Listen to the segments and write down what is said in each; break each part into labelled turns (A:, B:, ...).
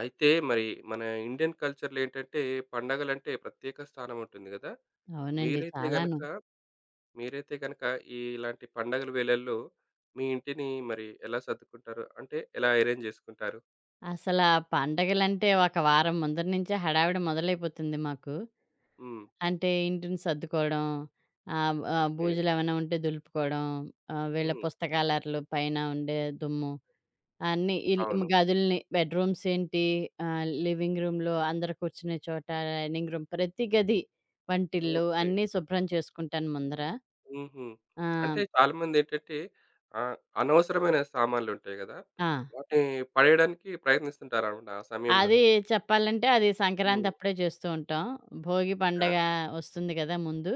A: అయితే మరి మన ఇండియన్ కల్చర్‌లో ఏంటంటే పండగలంటే ప్రత్యేక స్థానం ఉంటుంది గదా!
B: అవునండి.
A: మీరైతే గనక
B: చాలాను.
A: మీరైతే గనక ఈ ఇలాంటి పండగల వేళల్లో మీ ఇంటిని మరి ఎలా సర్దుకుంటారు? అంటే ఎలా అరేంజ్ చేసుకుంటారు?
B: అసలా పండగలంటే ఒక వారం ముందర నుంచే హడావిడి మొదలైపోతుంది మాకు.
A: హ్మ్.
B: అంటే ఇంటిని సర్దుకోవడం, ఆహ్, ఆహ్,
A: ఓకే.
B: బూజులేమైనా ఉంటే దులుపుకోవడం, వీళ్ళ
A: హ్మ్.
B: పుస్తకాలరలు పైన ఉండే దుమ్ము అన్నీ
A: అవును.
B: గదుల్ని బెడ్ రూమ్స్ ఏంటి, లివింగ్ రూమ్‌లో అందరూ కూర్చునే చోట, డైనింగ్ రూమ్ ప్రతి గది, వంటిల్లు
A: ఓకే.
B: అన్నీ శుభ్రం చేసుకుంటాను ముందర.
A: హుహు. అంటే
B: ఆహ్,
A: చాలామందేంటంటే ఆహ్, అనవసరమైన సామాన్లుంటాయి గదా!
B: ఆ!
A: వాటిని పడేయడానికి ప్రయత్నిస్తుంటారనమాట ఆ సమయంలో.
B: అది చెప్పాలంటే అది
A: హ్మ్.
B: సంక్రాంతప్పుడే చేస్తూ ఉంటాం. భోగి
A: ఆ!
B: పండగ వస్తుంది గదా! ముందు.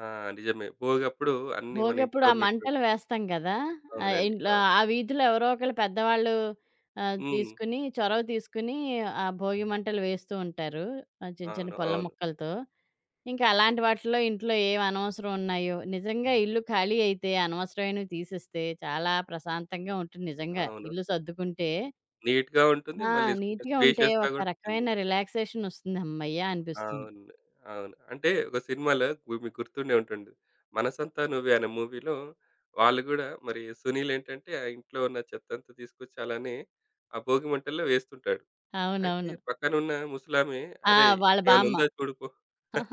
A: ఆ! నిజమే. భోగప్పుడు అన్నీ మన
B: భోగప్పుడు
A: ఇంట్లో
B: ఆ
A: ఉన్నటువంటి
B: మంటలు వేస్తాం గదా!
A: అవునండి.
B: ఇంట్లో
A: అవును.
B: ఆ వీధిలో ఎవరో ఒకళ్ళు పెద్దవాళ్ళు
A: హ్మ్.
B: తీసుకుని చొరవ తీసుకుని ఆ భోగి మంటలు వేస్తూ ఉంటారు. చిన్న చిన్న
A: అవును.
B: పుల్ల
A: అవును.
B: ముక్కలతో. ఇంకా
A: హ్మ్.
B: అలాంటి వాటిలో ఇంట్లో ఏం అనవసరం ఉన్నాయో నిజంగా ఇల్లు ఖాళీ అయితే అనవసరమైనవి తీసేస్తే చాలా ప్రశాంతంగా ఉంటుంది నిజంగా.
A: అవును.
B: ఇల్లు సర్దుకుంటే
A: నీట్‌గా ఉంటుంది.
B: ఆ!
A: మళ్ళీ కొంచెం
B: నీట్‌గా ఉంటే
A: స్పేషియస్‌గా
B: ఒక
A: కూడా ఉంటుంది.
B: రకమైన రిలాక్సేషనొస్తుంది. హమ్మయ్య! అనిపిస్తుంది.
A: అవును. అవును. అంటే ఒక సినిమాలో మీకు గుర్తుండే ఉంటుంది. 'మనసంతా నువ్వే' అనే మూవీలో వాళ్ళు గూడా మరి సునీల్ ఏంటంటే, ఆ ఇంట్లో ఉన్న చెత్తంతా తీసుకొచ్చి అలానే ఆ భోగి మంటల్లో వేస్తుంటాడు. అయితే
B: అవునవును.
A: పక్కనున్న ముసలామె,
B: ఆ!
A: "అరేయ్!
B: వాళ్ళ
A: ఇంకేమైనా
B: బామ్మ.
A: ఉందా చూడు పో.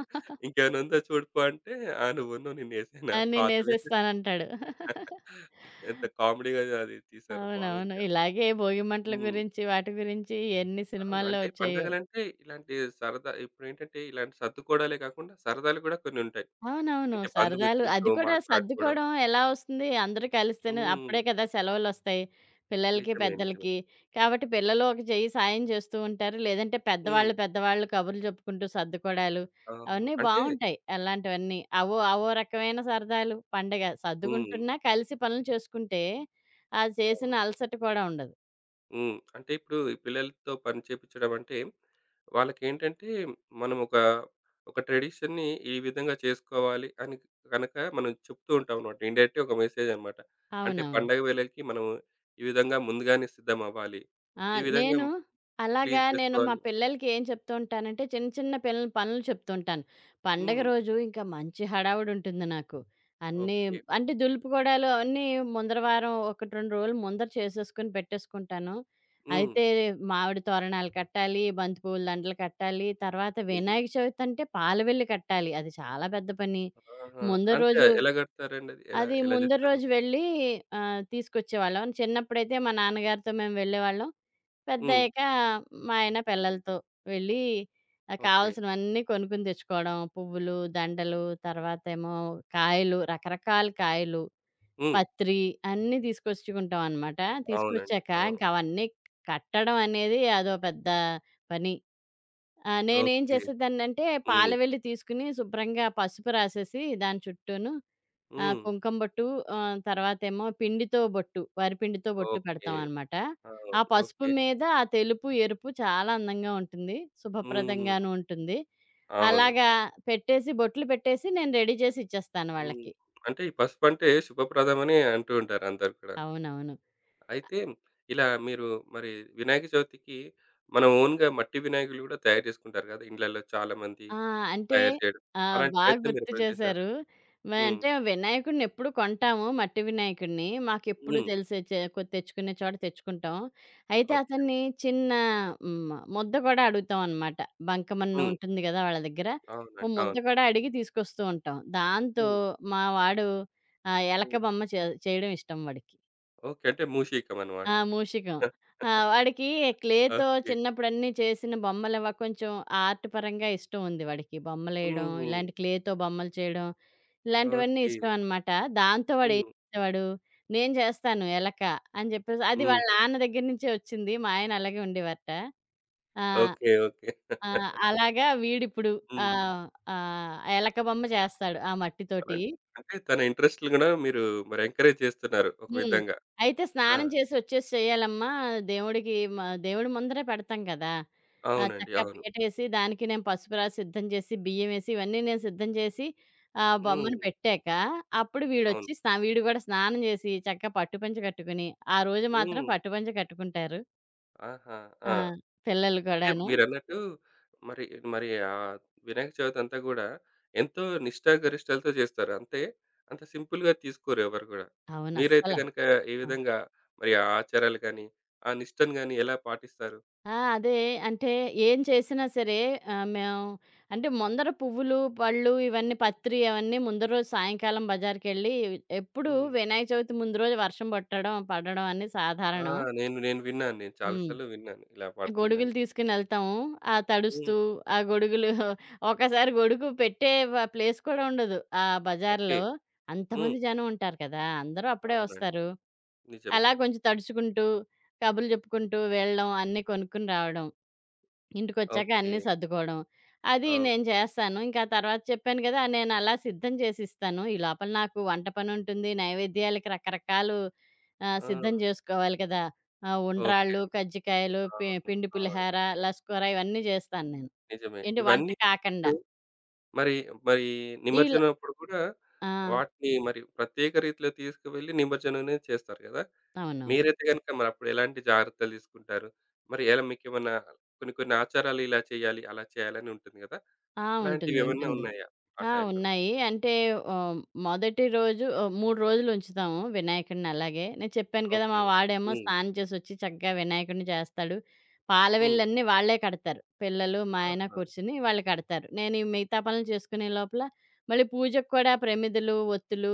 A: ఇంకేమైనా ఉందా చూడు పో" అంటే, "ఆ! నువ్వున్నావు నిన్నేసానా
B: ఆ!
A: పాతవే."
B: నేనేసేస్తానంటాడు.
A: ఎంత కామెడీగా అది తీశారు. బాగుంది.
B: అవునవును.
A: ఆ!
B: ఇలాగే భోగి మంటల
A: హ్మ్.
B: గురించి, వాటి గురించి ఎన్ని
A: అవును.
B: సినిమాల్లో
A: అంటే
B: వచ్చాయో.
A: పండగలంటే ఇలాంటి సరదా ఇప్పుడేంటంటే ఇలాంటి సర్దుకోవడాలే కాకుండా సరదాలు కూడా కొన్ని ఉంటాయి.
B: అవునవును.
A: అంటే
B: సరదాలు అది
A: బంధుమిత్రులతో
B: కూడా
A: మాట్లాడుకోవడం.
B: సర్దుకోవడం ఎలా వస్తుంది? అందరూ కలిస్తేనే
A: హ్మ్.
B: అప్పుడే కదా సెలవులొస్తాయి. పిల్లలకి,
A: నిజమే. నిజమే.
B: పెద్దలకి. కాబట్టి పిల్లలు ఒక చెయ్యి సాయం చేస్తూ ఉంటారు. లేదంటే
A: హ్మ్.
B: పెద్దవాళ్ళు కబుర్లు చెప్పుకుంటూ సర్దుకోడాలు
A: అవును.
B: అవన్నీ
A: అంటే
B: బావుంటాయి. అలాంటివన్నీ. అవో అవో రకమైన సరదాలు పండగ.
A: హ్మ్.
B: సర్దుకుంటున్నా కలిసి పనులు చేసుకుంటే, ఆ చేసిన
A: అవును.
B: అలసట కూడా ఉండదు.
A: హ్మ్. అంటే ఇప్పుడు ఈ పిల్లలతో పని చేపిచ్చడం అంటే వాళ్ళకేంటంటే మనం ఒక, ఒక ట్రెడిషన్‌ని ఈ విధంగా చేసుకోవాలి అని గనక మనం చెప్తూ ఉంటాం అన్నమాట. ఇండైరెక్ట్‌గా ఒక మెసేజ్ అన్నమాట. అంటే
B: అవునవును.
A: పండగ వేళలకి మనం ఈ విధంగా ముందుగానే సిద్ధమవ్వాలి.
B: ఆ!
A: ఈ విధంగా
B: నేను అలాగా
A: క్లీన్
B: నేను మా
A: చేసుకోవాలి.
B: పిల్లలకి ఏం చెప్తూ ఉంటానంటే, చిన్న చిన్న పిల్లల పనులు చెప్తూ ఉంటాను. పండగ
A: హ్మ్.
B: రోజు ఇంకా మంచి హడావుడుంటుంది నాకు. అన్నీ
A: ఓకే.
B: అంటే దులుపుకోవడాలు అవన్నీ ముందర వారం 1, 2 రోజులు ముందర చేసేసుకొని పెట్టేసుకుంటాను.
A: హ్మ్.
B: అయితే మామిడి తోరణాలు కట్టాలి, బంతిపూల దండలు కట్టాలి, తర్వాత
A: నిజమే.
B: వినాయక చవితి అంటే పాలవెల్లి కట్టాలి. అది చాలా పెద్ద పని.
A: ఆహా!
B: ముందర
A: అంటే
B: రోజు
A: ఎలా గడతారండి అది? ఎలా
B: అది
A: ఎలా
B: ముందరి
A: జేస్తారు?
B: రోజు వెళ్ళి తీసుకొచ్చేవాళ్ళం. చిన్నప్పుడైతే మా నాన్నగారితో మేము వెళ్ళేవాళ్ళం.
A: హ్మ్.
B: పెద్దయ్యాక మా ఆయన పిల్లలతో వెళ్ళి
A: ఓకే.
B: కావాల్సినవన్నీ కొనుక్కొని తెచ్చుకోవడం. పువ్వులు, దండలు, తర్వాతేమో కాయలు, రకరకాల కాయలు,
A: హ్మ్.
B: పత్రి అన్నీ తీసుకొచ్చుకుంటాం అనమాట.
A: అవునండి.
B: తీసుకొచ్చాక
A: అవును.
B: ఇంక అవన్నీ కట్టడం అనేది అదో పెద్ద పని. నేనేం
A: ఓకే.
B: చేసేదాన్నంటే పాల
A: హ్మ్.
B: వెల్లి తీసుకుని శుభ్రంగా పసుపు రాసేసి దాని చుట్టూను ఆ!
A: హ్మ్.
B: కుంకుమ బొట్టు తర్వాతేమో పిండితో బొట్టు, వరిపిండితో బొట్టు
A: ఓకే.
B: పెడతామనమాట.
A: అవును.
B: ఆ పసుపు
A: ఓకే.
B: మీద ఆ తెలుపు, ఎరుపు చాలా అందంగా ఉంటుంది.
A: హ్మ్.
B: శుభప్రదంగాను ఉంటుంది.
A: అవును.
B: అలాగా పెట్టేసి బొట్లు పెట్టేసి నేను రెడీ చేసి ఇచ్చేస్తాను
A: హ్మ్.
B: వాళ్ళకి.
A: అంటే ఈ పసుపంటే శుభప్రదమని అంటూ ఉంటారు అందరూ కూడా.
B: అవునవును.
A: అయితే ఇలా మీరు మరి వినాయక చవితికి మన ఓన్‌గా మట్టి వినాయకులు గూడా తయారు చేసుకుంటారు గదా! ఇండ్లల్లో చాలామంది
B: ఆ! అంటే
A: తయారు చేయడం.
B: ఆ!
A: అలాంటి
B: బా
A: ప్రయత్నం
B: గుర్తు
A: మీరెప్పుడైనా చేశారా?
B: చేశారు.
A: హ్మ్.
B: అంటే వినాయకుడినెప్పుడు కొంటాము మట్టి వినాయకుడిని. మాకెప్పుడు
A: హ్మ్.
B: తెలిసే చే కొ తెచ్చుకునే చోట తెచ్చుకుంటాం. అయితే
A: ఓకే.
B: అతన్ని చిన్న ముద్ద కూడా అడుగుతాం అనమాట. బంకమన్ను
A: హ్మ్.
B: ఉంటుంది గదా! వాళ్ళ దగ్గర. ఓ
A: అవునండి.
B: ముద్ద
A: అవును.
B: కూడా అడిగి తీసుకొస్తూ ఉంటాం. దాంతో
A: హ్మ్.
B: మా వాడు ఎలక
A: హ్మ్.
B: బొమ్మ చేయడం ఇష్టం వాడికి.
A: ఓకే. అంటే మూషికమనమాట.
B: ఆ! మూషికం. ఆ! వాడికి క్లేతో
A: ఓకే.
B: చిన్నప్పుడన్నీ చేసిన బొమ్మలవ కొంచెం ఆర్ట్ పరంగా ఇష్టం ఉంది వాడికి. బొమ్మలేయడం,
A: హ్మ్.
B: ఇలాంటి క్లేతో బొమ్మలు చేయడం, ఇలాంటివన్నీ
A: ఓకే.
B: ఇష్టం అనమాట. దాంతో వాడేం
A: హ్మ్.
B: చేసేవాడు, "నేను చేస్తాను ఎలక" అని చెప్పేసి అది
A: హ్మ్.
B: వాళ్ళ నాన్న దగ్గర నుంచే వచ్చింది. మా ఆయన అలాగే ఉండేవారట. ఆ!
A: ఓకే. ఓకే.
B: ఆ! అలాగా వీడిప్పుడు
A: హ్మ్.
B: ఆహ్, ఆహ్, ఎలక బొమ్మ చేస్తాడు ఆ మట్టితోటి.
A: అన్ అంటే తన ఇంట్రెస్ట్‌లు గూడా మీరు మరి ఎంకరేజ్ చేస్తున్నారు ఒక
B: హ్మ్.
A: విధంగా.
B: అయితే
A: ఆ!
B: స్నానం చేసి వచ్చేసి చేయాలమ్మా. దేవుడికి దేవుడి ముందరే పెడతాం కదా!
A: అవునండి.
B: చక్కగా
A: అవును.
B: పీటేసి దానికి నేను పసుపు రాసి సిద్ధం చేసి, బియ్యమేసి ఇవన్నీ నేను సిద్ధం చేసి
A: హ్మ్.
B: బొమ్మను పెట్టాక అప్పుడు
A: అవును.
B: వీడొచ్చి వీడు కూడా స్నానం చేసి చక్కగా పట్టు పంచ కట్టుకుని, ఆ రోజు మాత్రం
A: హ్మ్.
B: పట్టు పంచ కట్టుకుంటారు.
A: ఆహా!
B: ఆ!
A: ఆ!
B: పిల్లలు
A: అంటే
B: కూడాను.
A: మీరన్నట్టు మరి మరి ఆ వినాయక చవితి అంతా గూడా ఎంతో నిష్ఠాగరిష్టలతో జేస్తారు. అంతే అంత సింపుల్‌గా తీసుకోరు ఎవరు గూడా.
B: అవును.
A: మీరైతే
B: అస్సల.
A: గనక ఏ
B: ఆ!
A: విధంగా మరి ఆ ఆచారాలు గాని, ఆ నిష్టను గాని ఎలా పాటిస్తారు?
B: ఆ! అదే. అంటే ఏం చేసినా సరే మేము అంటే ముందర పువ్వులు, పళ్ళు ఇవన్నీ పత్రి అవన్నీ ముందు రోజు సాయంకాలం బజారుకెళ్ళి ఎప్పుడూ
A: హ్మ్.
B: వినాయక చవితి ముందు రోజు వర్షం పట్టడం, పడడం అన్నీ
A: ఆ!
B: సాధారణం.
A: నేను నేను విన్నాను. నేను చాలా
B: హ్మ్.
A: సార్లు విన్నాను ఇలా పడుతుందని.
B: గొడుగులు తీసుకొనెళ్తాము. ఆ
A: హ్మ్.
B: తడుస్తూ ఆ గొడుగులు ఒక్కసారి గొడుగు పెట్టే ప్లేస్ కూడా ఉండదు ఆ
A: ఓకే.
B: బజార్‌లో.
A: హ్మ్.
B: అంతమంది జనం ఉంటారు కదా! అందరూ అప్పుడే
A: అవునండి.
B: వస్తారు.
A: నిజమే.
B: అలా కొంచెం తడుచుకుంటూ, కబుర్లు చెప్పుకుంటూ వెళ్ళడం, అన్నీ కొనుక్కొని రావడం. ఇంటికొచ్చాక
A: ఓకే.
B: అన్నీ సర్దుకోవడం. అది
A: ఓహ్!
B: నేను చేస్తాను. ఇంకా తర్వాత చెప్పాను గదా! నేను అలా సిద్ధం చేసిస్తాను. ఈ లోపల నాకు వంట పనుంటుంది. నైవేద్యాలకి రకరకాలు సిద్ధం
A: ఆ!
B: జేసుకోవాలి కదా!
A: ఓకే.
B: ఉండ్రాళ్ళు,
A: అండి.
B: కజ్జికాయలు,
A: అవును.
B: పిండి
A: అవును.
B: పులిహార, లస్కూర ఇవన్నీ జేస్తాను నేను.
A: నిజమే.
B: ఏంటి వంట
A: ఇవన్నీ
B: కాకండా.
A: మరి, మరి
B: ఈల్
A: నిమజ్జనప్పుడు గూడా
B: ఆ!
A: వాటిని మరి ప్రత్యేక రీతిలో తీసుకువెళ్ళి నిమజ్జనం అనేది చేస్తారు గదా!
B: అవునవును.
A: మీరైతే గనుక మరప్పుడు ఎలాంటి జాగ్రత్తలు తీసుకుంటారు? మరి ఎలా మీకేమన్నా కొన్ని కొన్ని ఆచారాలు ఇలా చేయాలి, అలా చేయాలని ఉంటుంది గదా!
B: ఆ! ఉంటుంది.
A: అలాంటివేమన్నా
B: ఉంటుంది.
A: ఉన్నాయా ఆ
B: ఆ!
A: టైంలో?
B: ఉన్నాయి. అంటే ఆహ్, మొదటి రోజు 3 రోజులు ఉంచుతాము వినాయకుడిని అలాగే. నేను చెప్పాను కదా! మా
A: ఓకే.
B: వాడేమో
A: హ్మ్.
B: స్నానం చేసొచ్చి చక్కగా వినాయకుడిని చేస్తాడు.
A: హ్మ్.
B: పాలవెల్లన్నీ వాళ్ళే కడతారు. పిల్లలు, మా ఆయన
A: ఆహా!
B: కూర్చొని వాళ్ళు కడతారు. నేను ఈ మిగతా పనులు చేసుకునే లోపల మళ్ళీ పూజకు కూడా ప్రమిదలు, ఒత్తులు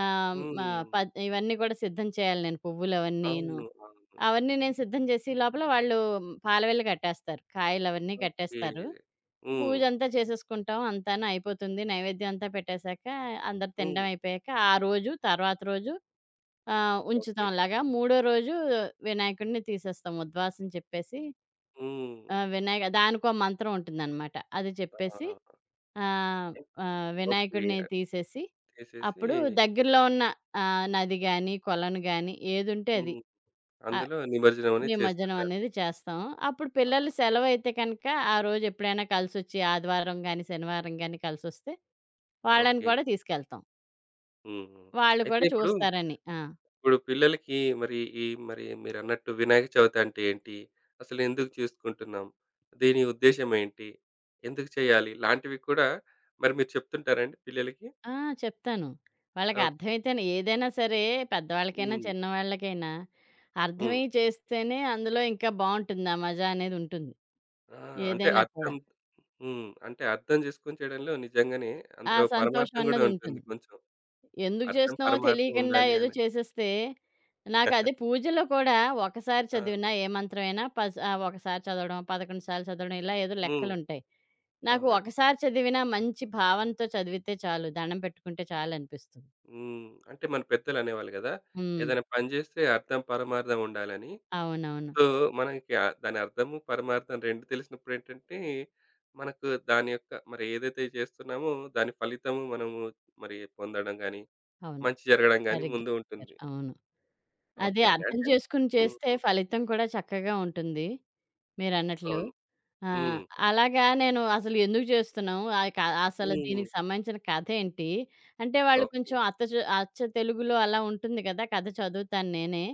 B: ఆహ్, మ
A: హ్మ్.
B: ప ఇవన్నీ కూడా సిద్ధం చేయాలి నేను పువ్వులు అవన్నీను.
A: అవును. అవును.
B: అవన్నీ నేను సిద్ధం చేసి ఈ లోపల వాళ్ళు పాలవెల్లు కట్టేస్తారు. కాయలు అవన్నీ
A: ఓకే.
B: కట్టేస్తారు.
A: హ్మ్.
B: పూజంతా చేసేసుకుంటాం. అంతాను అయిపోతుంది. నైవేద్యం అంతా పెట్టేశాక, అందరూ
A: హ్మ్.
B: తినడం అయిపోయాక, ఆ రోజు తర్వాత రోజు
A: ఓకే.
B: ఉంచుతాం అలాగా. మూడో రోజు వినాయకుడిని తీసేస్తాం. ఉద్వాసని చెప్పేసి
A: హ్మ్.
B: వినాయక దానికో మంత్రం ఉంటుందనమాట. అది చెప్పేసి
A: ఆ!
B: ఆహ్, ఆహ్,
A: ఓకే.
B: వినాయకుడిని
A: అది
B: తీసేసి,
A: చేసేసి
B: అప్పుడు దగ్గరలో ఉన్న నది గాని, కొలను గాని ఏదుంటే అది.
A: హ్మ్. అందులో నిమజ్జనం అనేది
B: నిమజ్జనం
A: చేస్తుంటారు.
B: అనేది చేస్తాం. అప్పుడు పిల్లలు
A: ఆహా!
B: సెలవైతే కనుక, ఆ రోజు ఎప్పుడైనా కలిసొచ్చి ఆదివారం గాని, శనివారం గాని కలిసొస్తే వాళ్ళని
A: ఓకే.
B: కూడా తీసుకెళ్తాం.
A: హ్మ్. హ్మ్.
B: వాళ్ళు
A: అయితే
B: కూడా
A: ఇప్పుడు,
B: చూస్తారని. ఆ!
A: ఇప్పుడు పిల్లలకి మరి ఈ మరి మీరన్నట్టు వినాయక చవితి అంటే ఏంటి? అసలు ఎందుకు చేసుకుంటున్నాం? దీని ఉద్దేశ్యం ఏంటి? ఎందుకు చేయాలి? లాంటివి కూడా మరి మీరు చెప్తుంటారండి పిల్లలకి?
B: ఆ! చెప్తాను. వాళ్ళకి
A: ఓకే.
B: అర్థమైతేనే ఏదైనా సరే పెద్దవాళ్ళకైనా,
A: హ్మ్.
B: చిన్నవాళ్ళకైనా
A: హ్మ్.
B: అర్థమై చేస్తేనే అందులో ఇంకా బావుంటుంది. ఆ మజా అనేది ఉంటుంది.
A: ఆ! అంటే
B: ఏదైనా
A: అర్థం
B: కూడా.
A: హ్మ్. అంటే అర్థం చేసుకొని చేయడంలో నిజంగానే
B: ఆ
A: అందులో
B: సంతోషం
A: పరమార్థం గూడా
B: అన్నది
A: ఉంటుంది
B: ఉంటుంది.
A: కొంచెం.
B: ఎందుకు
A: అర్థం
B: చేస్తున్నామో
A: పరమార్థం
B: తెలియకుండా
A: ఉండాలి
B: ఏదో
A: అని.
B: చేసేస్తే నాకది పూజలో కూడా ఒకసారి
A: అవును.
B: చదివినా ఏ మంత్రమైనా ఒకసారి చదవడం, 11 సార్లు చదవడం ఇలా ఏదో
A: హ్మ్.
B: లెక్కలుంటాయి. నాకు
A: అవునండి.
B: ఒకసారి చదివినా మంచి భావంతో చదివితే చాలు. దండం పెట్టుకుంటే చాలనిపిస్తుంది.
A: హ్మ్. అంటే మన పెద్దలనేవాళ్ళు గదా!
B: హ్మ్.
A: ఏదైనా పని జేస్తే అర్థం, పరమార్థం ఉండాలని.
B: అవునవును.
A: సో, మనకి దాని అర్థము, పరమార్థం 2 తెలిసినప్పుడేంటంటే, మనకు దాని యొక్క మరి ఏదైతే చేస్తున్నామో దాని ఫలితము మనము మరి పొందడం గాని,
B: అవును.
A: మంచి జరగడం గాని
B: సరిగ్గా
A: ముందు
B: చెప్పారు.
A: ఉంటుంది.
B: అవును.
A: ఓకే
B: అదే
A: అండి.
B: అర్థం
A: అంటే
B: చేసుకొని చేస్తే
A: హ్మ్.
B: ఫలితం కూడా చక్కగా ఉంటుంది మీరన్నట్లు.
A: అవును.
B: ఆ!
A: హ్మ్.
B: అలాగా నేను అసలు ఎందుకు చేస్తున్నాం? ఆహ్, క అసలు
A: హ్మ్.
B: దీనికి సంబంధించిన కథేంటి? అంటే వాళ్ళు
A: ఓకే.
B: కొంచెం అచ్చ తెలుగులో అలా ఉంటుంది కదా! కథ చదువుతాను నేనే.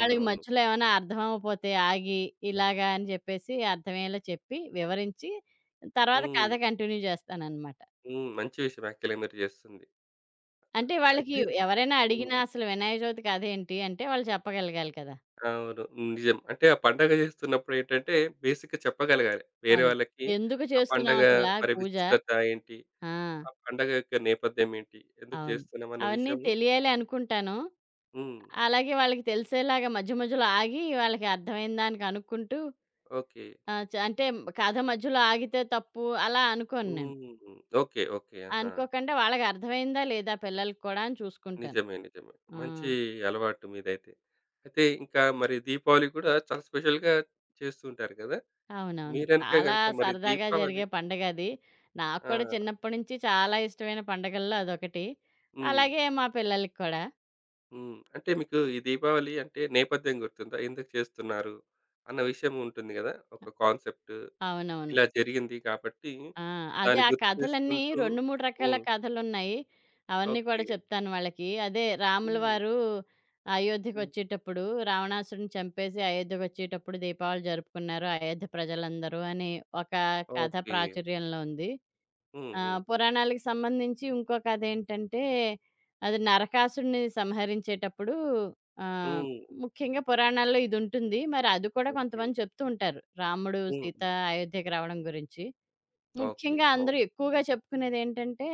B: వాళ్ళకి మధ్యలో ఏమైనా అర్థమవ్వకపోతే ఆగి, ఇలాగా అని చెప్పేసి అర్థమయ్యేలా చెప్పి, వివరించి తర్వాత
A: హ్మ్.
B: కథ కంటిన్యూ చేస్తాననమాట.
A: హ్మ్. మంచి విషయం యాక్చువల్‌గా మీరు జేస్తుంది.
B: అంటే వాళ్ళకి
A: అయితే
B: ఎవరైనా
A: హ్మ్.
B: అడిగినా అసలు వినాయక చవితి కథేంటి? అంటే వాళ్ళు చెప్పగలగాలి కదా!
A: అవును. నిజం. అంటే ఆ పండగ చేస్తున్నప్పుడు ఏంటంటే బేసిక్‌గా చెప్పగలగాలి. వేరే
B: అది.
A: వాళ్ళకి
B: ఎందుకు
A: ఆ
B: చేస్తున్నాం
A: పండగ
B: అసల
A: మరి
B: పూజ?
A: విశిష్టత ఏంటి?
B: ఆ!
A: ఆ పండగ యొక్క నేపథ్యం ఏంటి? ఎందుకు
B: అవును.
A: చేస్తున్నాం అన్న
B: అవన్నీ
A: విషయము
B: తెలియాలి అనుకుంటాను.
A: హ్మ్.
B: అలాగే వాళ్ళకి తెలిసేలాగా మధ్య మధ్యలో ఆగి, వాళ్ళకి అర్థమైన దాన్ని కనుక్కుంటూ
A: ఓకే.
B: ఆహ్, చ అంటే కథ మధ్యలో ఆగితే తప్పు అలా అనుకోను నేను.
A: హ్మ్. ఓకే. ఓకే. ఆహా!
B: అనుకోకుండా వాళ్ళకి అర్థమైందా లేదా పిల్లలకి కూడా అని చూసుకుంటాను.
A: నిజమే. నిజమే.
B: ఆ!
A: మంచి అలవాటు మీదైతే. అయితే ఇంకా మరి దీపావళి కూడా చాలా స్పెషల్‌గా చేస్తూ ఉంటారు కదా!
B: అవునవును.
A: మీరనుక
B: చాలా
A: గనుక మరి
B: సరదాగా
A: దీపావళి
B: జరిగే పండగది. నాకు కూడా
A: ఆ!
B: చిన్నప్పటి నుంచి చాలా ఇష్టమైన పండగల్లో అదొకటి.
A: హ్మ్.
B: అలాగే మా పిల్లలకి కూడా.
A: హ్మ్. అంటే మీకు ఈ దీపావళి అంటే నేపథ్యం గుర్తుందా? ఎందుకు చేస్తున్నారు? అన్న విషయం ఉంటుంది గదా! ఒక కాన్సెప్ట్
B: అవునవును.
A: ఇలా జరిగింది కాబట్టి
B: ఆ! అదే
A: దాన్ని
B: ఆ
A: గుర్తు
B: కథలన్నీ
A: చేసుకుంటూ
B: 2, 3 రకాల
A: హ్మ్.
B: కథలున్నాయి. అవన్నీ కూడా
A: ఓకే.
B: చెప్తాను వాళ్ళకి. అదే రాముల
A: హ్మ్.
B: వారు
A: హ్మ్.
B: అయోధ్యకొచ్చేటప్పుడు రావణాసురుడిని చంపేసి అయోధ్యకొచ్చేటప్పుడు దీపావళి జరుపుకున్నారు అయోధ్య ప్రజలందరూ అని ఒక కథ
A: ఓకే.
B: ప్రాచుర్యంలో ఉంది.
A: హ్మ్. హ్మ్.
B: పురాణాలకు సంబంధించి ఇంకో కథేంటంటే అది నరకాసుడిని సంహరించేటప్పుడు ఆహ్,
A: హ్మ్.
B: ముఖ్యంగా పురాణాల్లో ఇదుంటుంది. మరి అది కూడా
A: ఓకే.
B: కొంతమంది చెప్తూ ఉంటారు. రాముడు,
A: హ్మ్.
B: సీత
A: హ్మ్.
B: అయోధ్యకి రావడం గురించి.
A: ఓకే.
B: ముఖ్యంగా
A: ఆ!
B: అందరూ ఎక్కువగా చెప్పుకునేదేంటంటే,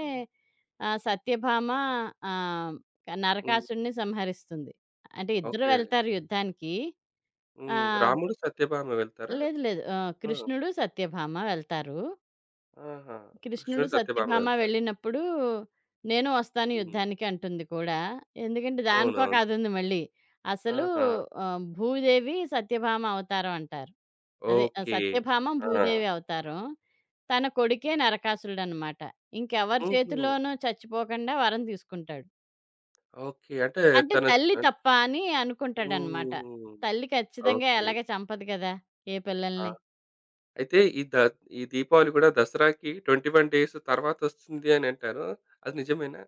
B: సత్యభామ ఆహ్,
A: హ్మ్.
B: నరకాసుడిని సంహరిస్తుంది. అంటే ఇద్దరు
A: ఓకే.
B: వెళ్తారు యుద్ధానికి.
A: హ్మ్.
B: ఆహ్,
A: రాముడు, సత్యభామ వెళ్తారా?
B: లేదు లేదు.
A: ఆ!
B: కృష్ణుడు, సత్యభామ వెళ్తారు.
A: ఆహా!
B: కృష్ణుడు
A: కృష్ణుడు, సత్యభామ
B: సత్యభామ
A: వెళ్తారు.
B: వెళ్ళినప్పుడు నేను వస్తాను
A: హ్మ్.
B: యుద్ధానికి అంటుంది కూడా. ఎందుకంటే దానికో
A: అవునవును.
B: కథ ఉంది మళ్ళీ. అసలు
A: ఆహా!
B: భూదేవి సత్యభామ అవతారం అంటారు. అదే
A: ఓకే.
B: సత్యభామ
A: ఆ!
B: భూదేవి అవతారం. తన కొడుకే నరకాసురుడనమాట. ఇంకెవరి
A: హుహు.
B: చేతిలోనూ చచ్చిపోకుండా వరం తీసుకుంటాడు.
A: ఓకే. అంటే
B: అంటే
A: తన
B: తల్లి
A: అన్
B: తప్ప అని అనుకుంటాడనమాట.
A: హ్మ్.
B: తల్లి ఖచ్చితంగా
A: ఓకే.
B: ఎలాగ చంపదు కదా! ఏ
A: ఆ!
B: పిల్లల్ని.
A: అయితే ఈ దీపావళి గూడా దసరాకి 21 డేస్ తర్వాతొస్తుంది అని అంటారు. అది నిజమేనా?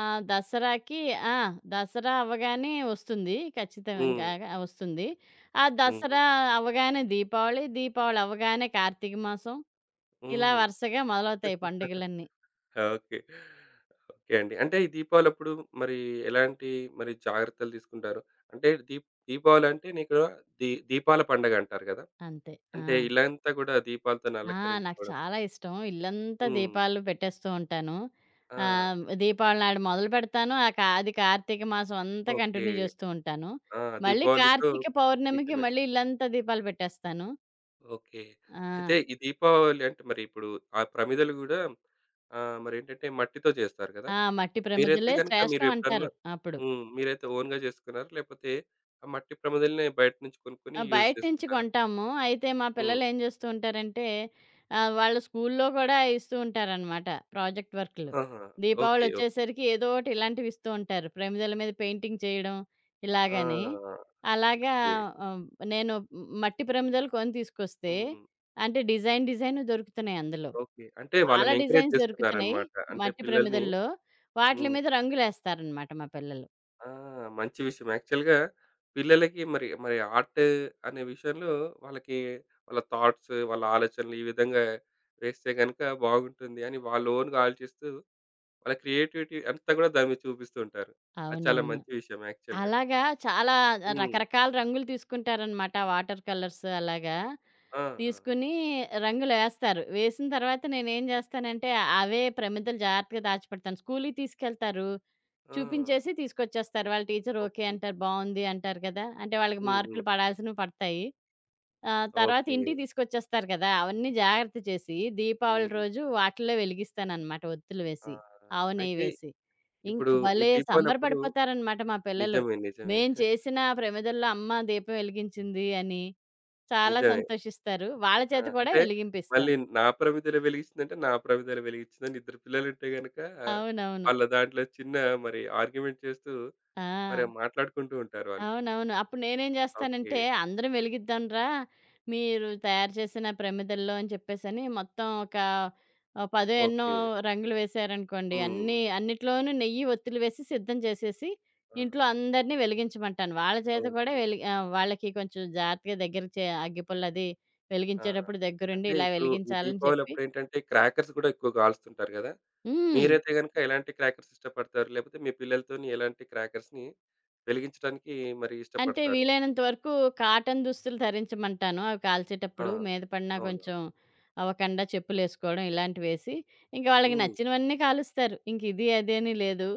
B: ఆ! దసరాకి ఆ! దసరా అవ్వగానే వస్తుంది.
A: హ్మ్.
B: ఖచ్చితంగాగా వస్తుంది. ఆ దసరా
A: హ్మ్.
B: అవ్వగానే దీపావళి, దీపావళి అవ్వగానే కార్తీక మాసం. ఇలా
A: హ్మ్.
B: వరుసగా మొదలవుతాయి పండుగలన్నీ.
A: ఓకే. ఓకే అండి. అంటే ఈ దీపావళప్పుడు మరి ఎలాంటి మరి జాగ్రత్తలు తీసుకుంటారు? అంటే దీపావళంటేనే ఇక్కడ దీపాల పండగ అంటారు గదా!
B: అంతే. ఆ!
A: అంటే ఇల్లంతా గూడా దీపాలతోని
B: ఆ! నాకు
A: అలంకరించుకోవడం.
B: చాలా ఇష్టం. ఇల్లంతా
A: హ్మ్.
B: దీపాలు పెట్టేస్తూ ఉంటాను.
A: ఆ!
B: దీపావళి నాడు మొదలుపెడతాను. ఆ కా అది కార్తీక మాసం అంతా
A: ఓకే.
B: కంటిన్యూ చేస్తూ ఉంటాను.
A: ఆ!
B: మళ్ళీ
A: దీపావళితో
B: కార్తీక పౌర్ణమికి
A: నిజమే.
B: మళ్ళీ ఇల్లంతా దీపాలు పెట్టేస్తాను.
A: ఓకే. అయితే
B: ఆ!
A: ఈ దీపావళి అంటే మరి ఇప్పుడు ఆ ప్రమిదలు గూడా మరేంటంటే మట్టితో జేస్తారు గదా!
B: ఆ! మట్టి
A: మీరైతే
B: ప్రమిదలే
A: గనుక మీరు
B: శ్రేష్టం
A: ఎప్పుడన్నా
B: అంటారు అప్పుడు.
A: హ్మ్. మీరైతే ఓన్‌గా జేసుకున్నారా? లేపోతే ఆ మట్టి ప్రమిదలనే బయట నుంచి కొనుక్కొని
B: ఆ!
A: యూజ్
B: బయట నుంచి
A: చేసుకుంటారా?
B: కొంటాము. అయితే మా
A: హ్మ్.
B: పిల్లలేం జేస్తూ ఉంటారంటే, వాళ్ళ స్కూల్లో కూడా ఇస్తూ ఉంటారనమాట ప్రాజెక్ట్ వర్కులు.
A: ఆహా! ఓకే. ఓకే.
B: దీపావళొచ్చేసరికి ఏదో ఒకటి ఇలాంటివి ఇస్తూ ఉంటారు. ప్రమిదల మీద పెయింటింగ్ చేయడం ఇలాగని.
A: ఆ!
B: అలాగా
A: ఓకే.
B: ఆహ్, నేను మట్టి ప్రమిదలు కొని తీసుకొస్తే,
A: హ్మ్.
B: అంటే డిజైన్ డిజైన్ దొరుకుతున్నాయి అందులో.
A: ఓకే. అంటే
B: చాలా
A: వాళ్ళని ఎంకరేజ్
B: డిజైన్స్ దొరుకుతున్నాయి
A: చేస్తున్నారన్నమాట. అంటే
B: మట్టి
A: పిల్లల్ని
B: ప్రమిదల్లో. వాటిలి
A: హ్మ్.
B: మీద రంగులేస్తారనమాట మా పిల్లలు.
A: ఆ! మంచి విషయం. యాక్చువల్‌గా పిల్లలకి మరి ఆర్ట్ అనే విషయంలో వాళ్ళకి వాళ్ళ థాట్స్, వాళ్ళ ఆలోచనలు ఈ విధంగా వేస్తే గనుక బాగుంటుంది అని వాళ్ళ ఓన్‌గా ఆలోచిస్తూ వాళ్ళ క్రియేటివిటీ అంతా కూడా దాని మీద చూపిస్తూ ఉంటారు. అది చాలా
B: అవునవును.
A: మంచి విషయం యాక్చువల్‌గా.
B: అలాగా చాలా
A: హ్మ్.
B: రకరకాల రంగులు తీసుకుంటారనమాట. వాటర్ కలర్స్ అలాగా.
A: ఆ! ఆ!
B: తీసుకొని రంగులేస్తారు. వేసిన తర్వాత నేనేం చేస్తానంటే అవే ప్రమిదలు జాగ్రత్తగా దాచిపెడతాను. స్కూలుకి తీసుకెళ్తారు.
A: ఆ!
B: చూపించేసి తీసుకొచ్చేస్తారు. వాళ్ళ టీచర్ ఓకే
A: ఓకే.
B: అంటారు. బావుంది అంటారు కదా! అంటే వాళ్ళకి
A: హ్మ్. హ్మ్.
B: మార్కులు పడాల్సినవి పడతాయి. ఆ! తర్వాత
A: ఓకే.
B: ఇంటికి తీసుకొచ్చేస్తారు కదా! అవన్నీ జాగ్రత్త చేసి, దీపావళి
A: హ్మ్.
B: రోజు వాటిల్లో వెలిగిస్తాననమాట ఒత్తులు
A: ఆ!
B: వేసి. ఆవు నెయ్యి
A: అయితే
B: వేసి. ఇంక
A: ఇప్పుడు ఈ
B: భలే
A: దీపావళప్పుడు
B: సంబరపడిపోతారనమాట మా పిల్లలు.
A: నిజమే. నిజమే.
B: మేము చేసిన ప్రమిదల్లో అమ్మ దీపం వెలిగించింది అని చాలా
A: నిజమే.
B: సంతోషిస్తారు. వాళ్ళ
A: ఆ!
B: చేత కూడా
A: అంటే మళ్ళీ
B: వెలిగింపిస్తాను.
A: నా ప్రమిదెల వెలిగించిందంటే, నా ప్రమిదెల వెలిగించిందని ఇద్దరు పిల్లలుంటే గనక
B: అవునవును.
A: వాళ్ళ దాంట్లో చిన్న మరి ఆర్గ్యుమెంట్ చేస్తూ మరి
B: ఆ!
A: మాట్లాడుకుంటూ ఉంటారు వాళ్ళు.
B: అవునవును. అప్పుడు నేనేం
A: ఓకే.
B: జేస్తానంటే, "అందరం వెలిగిద్దాంరా! మీరు తయారు చేసిన ప్రమిదల్లో" అని చెప్పేసని మొత్తం ఒక పదో ఎన్నో
A: ఓకే.
B: రంగులు వేశారనుకోండి,
A: హ్మ్.
B: అన్నీ అన్నిట్లోనూ నెయ్యి ఒత్తులు వేసి సిద్ధం చేసేసి,
A: ఆ!
B: ఇంట్లో అందరిని వెలిగించమంటాను. వాళ్ళ చేత కూడా
A: ఓకే.
B: వాళ్ళకి కొంచెం జాగ్రత్తగా దగ్గర చే అగ్గిపుల్లది
A: ఆ!
B: వెలిగించేటప్పుడు దగ్గరుండి
A: అంటే
B: ఇలా
A: ఇప్పుడు ఈ
B: వెలిగించాలని చెప్పి
A: దీపావళప్పుడేంటంటే క్రాకర్స్ గూడా ఎక్కువ కాలుస్తుంటారు గదా!
B: హ్మ్.
A: మీరైతే గనుక ఎలాంటి క్రాకర్స్ ఇష్టపడతారు? లేకపోతే మీ పిల్లలతోని ఎలాంటి క్రాకర్స్‌ని వెలిగించడానికి మరి
B: అంటే
A: ఇష్టపడతారు?
B: వీలైనంత వరకు కాటన్ దుస్తులు ధరించమంటాను. అవి
A: ఆ!
B: కాల్చేటప్పుడు మీద పడినా
A: అవును.
B: కొంచెం అవ్వకుండా చెప్పులేసుకోవడం ఇలాంటివేసి, ఇంక వాళ్ళకి
A: హ్మ్.
B: నచ్చినవన్నీ కాలుస్తారు. ఇంక ఇది, అది అని లేదు.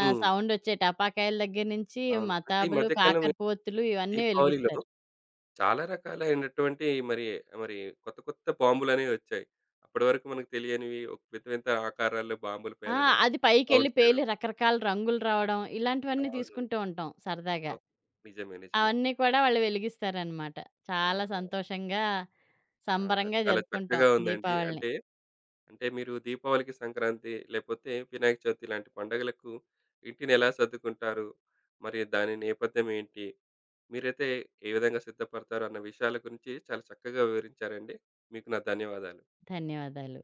A: హ్మ్.
B: సౌండొచ్చే టపాకాయల దగ్గర నుంచి
A: అవును. అంటే ఈ
B: మతాబులు,
A: మధ్య కాలం
B: కాకరపోతులు ఇవన్నీ
A: దీపావళిలో
B: వెలిగిస్తారు.
A: చాలా రకాలైనటువంటి మరి మరి కొత్త కొత్త బాంబులనేవి వచ్చాయి. అప్పటి వరకు మనకు తెలియనివి ఒక వింత వింత ఆకారాల్లో బాంబులు
B: ఆ!
A: పేలడం,
B: అది పైకెళ్ళి
A: సౌండ్స్ చేయడం.
B: పేలి రకరకాల రంగులు రావడం ఇలాంటివన్నీ
A: అవును.
B: తీసుకుంటూ ఉంటాం సరదాగా.
A: ఓహ్! నిజమే. నిజమే.
B: అవన్నీ కూడా వాళ్ళు వెలిగిస్తారనమాట. చాలా
A: ఆహా!
B: సంతోషంగా,
A: ఆ!
B: సంబరంగా
A: చాలా
B: జరుపుకుంటాం
A: చక్కగా ఉందండి.
B: దీపావళిని.
A: అంటే మీరు దీపావళికి, సంక్రాంతి లేపోతే వినాయక చవితి ఇలాంటి పండుగలకు ఇంటిని ఎలా సర్దుకుంటారు? మరి దాని నేపథ్యం ఏంటి? మీరైతే ఏ విధంగా సిద్ధపడతారు అన్న విషయాల గురించి చాలా చక్కగా వివరించారండి. మీకు నా ధన్యవాదాలు.
B: ధన్యవాదాలు.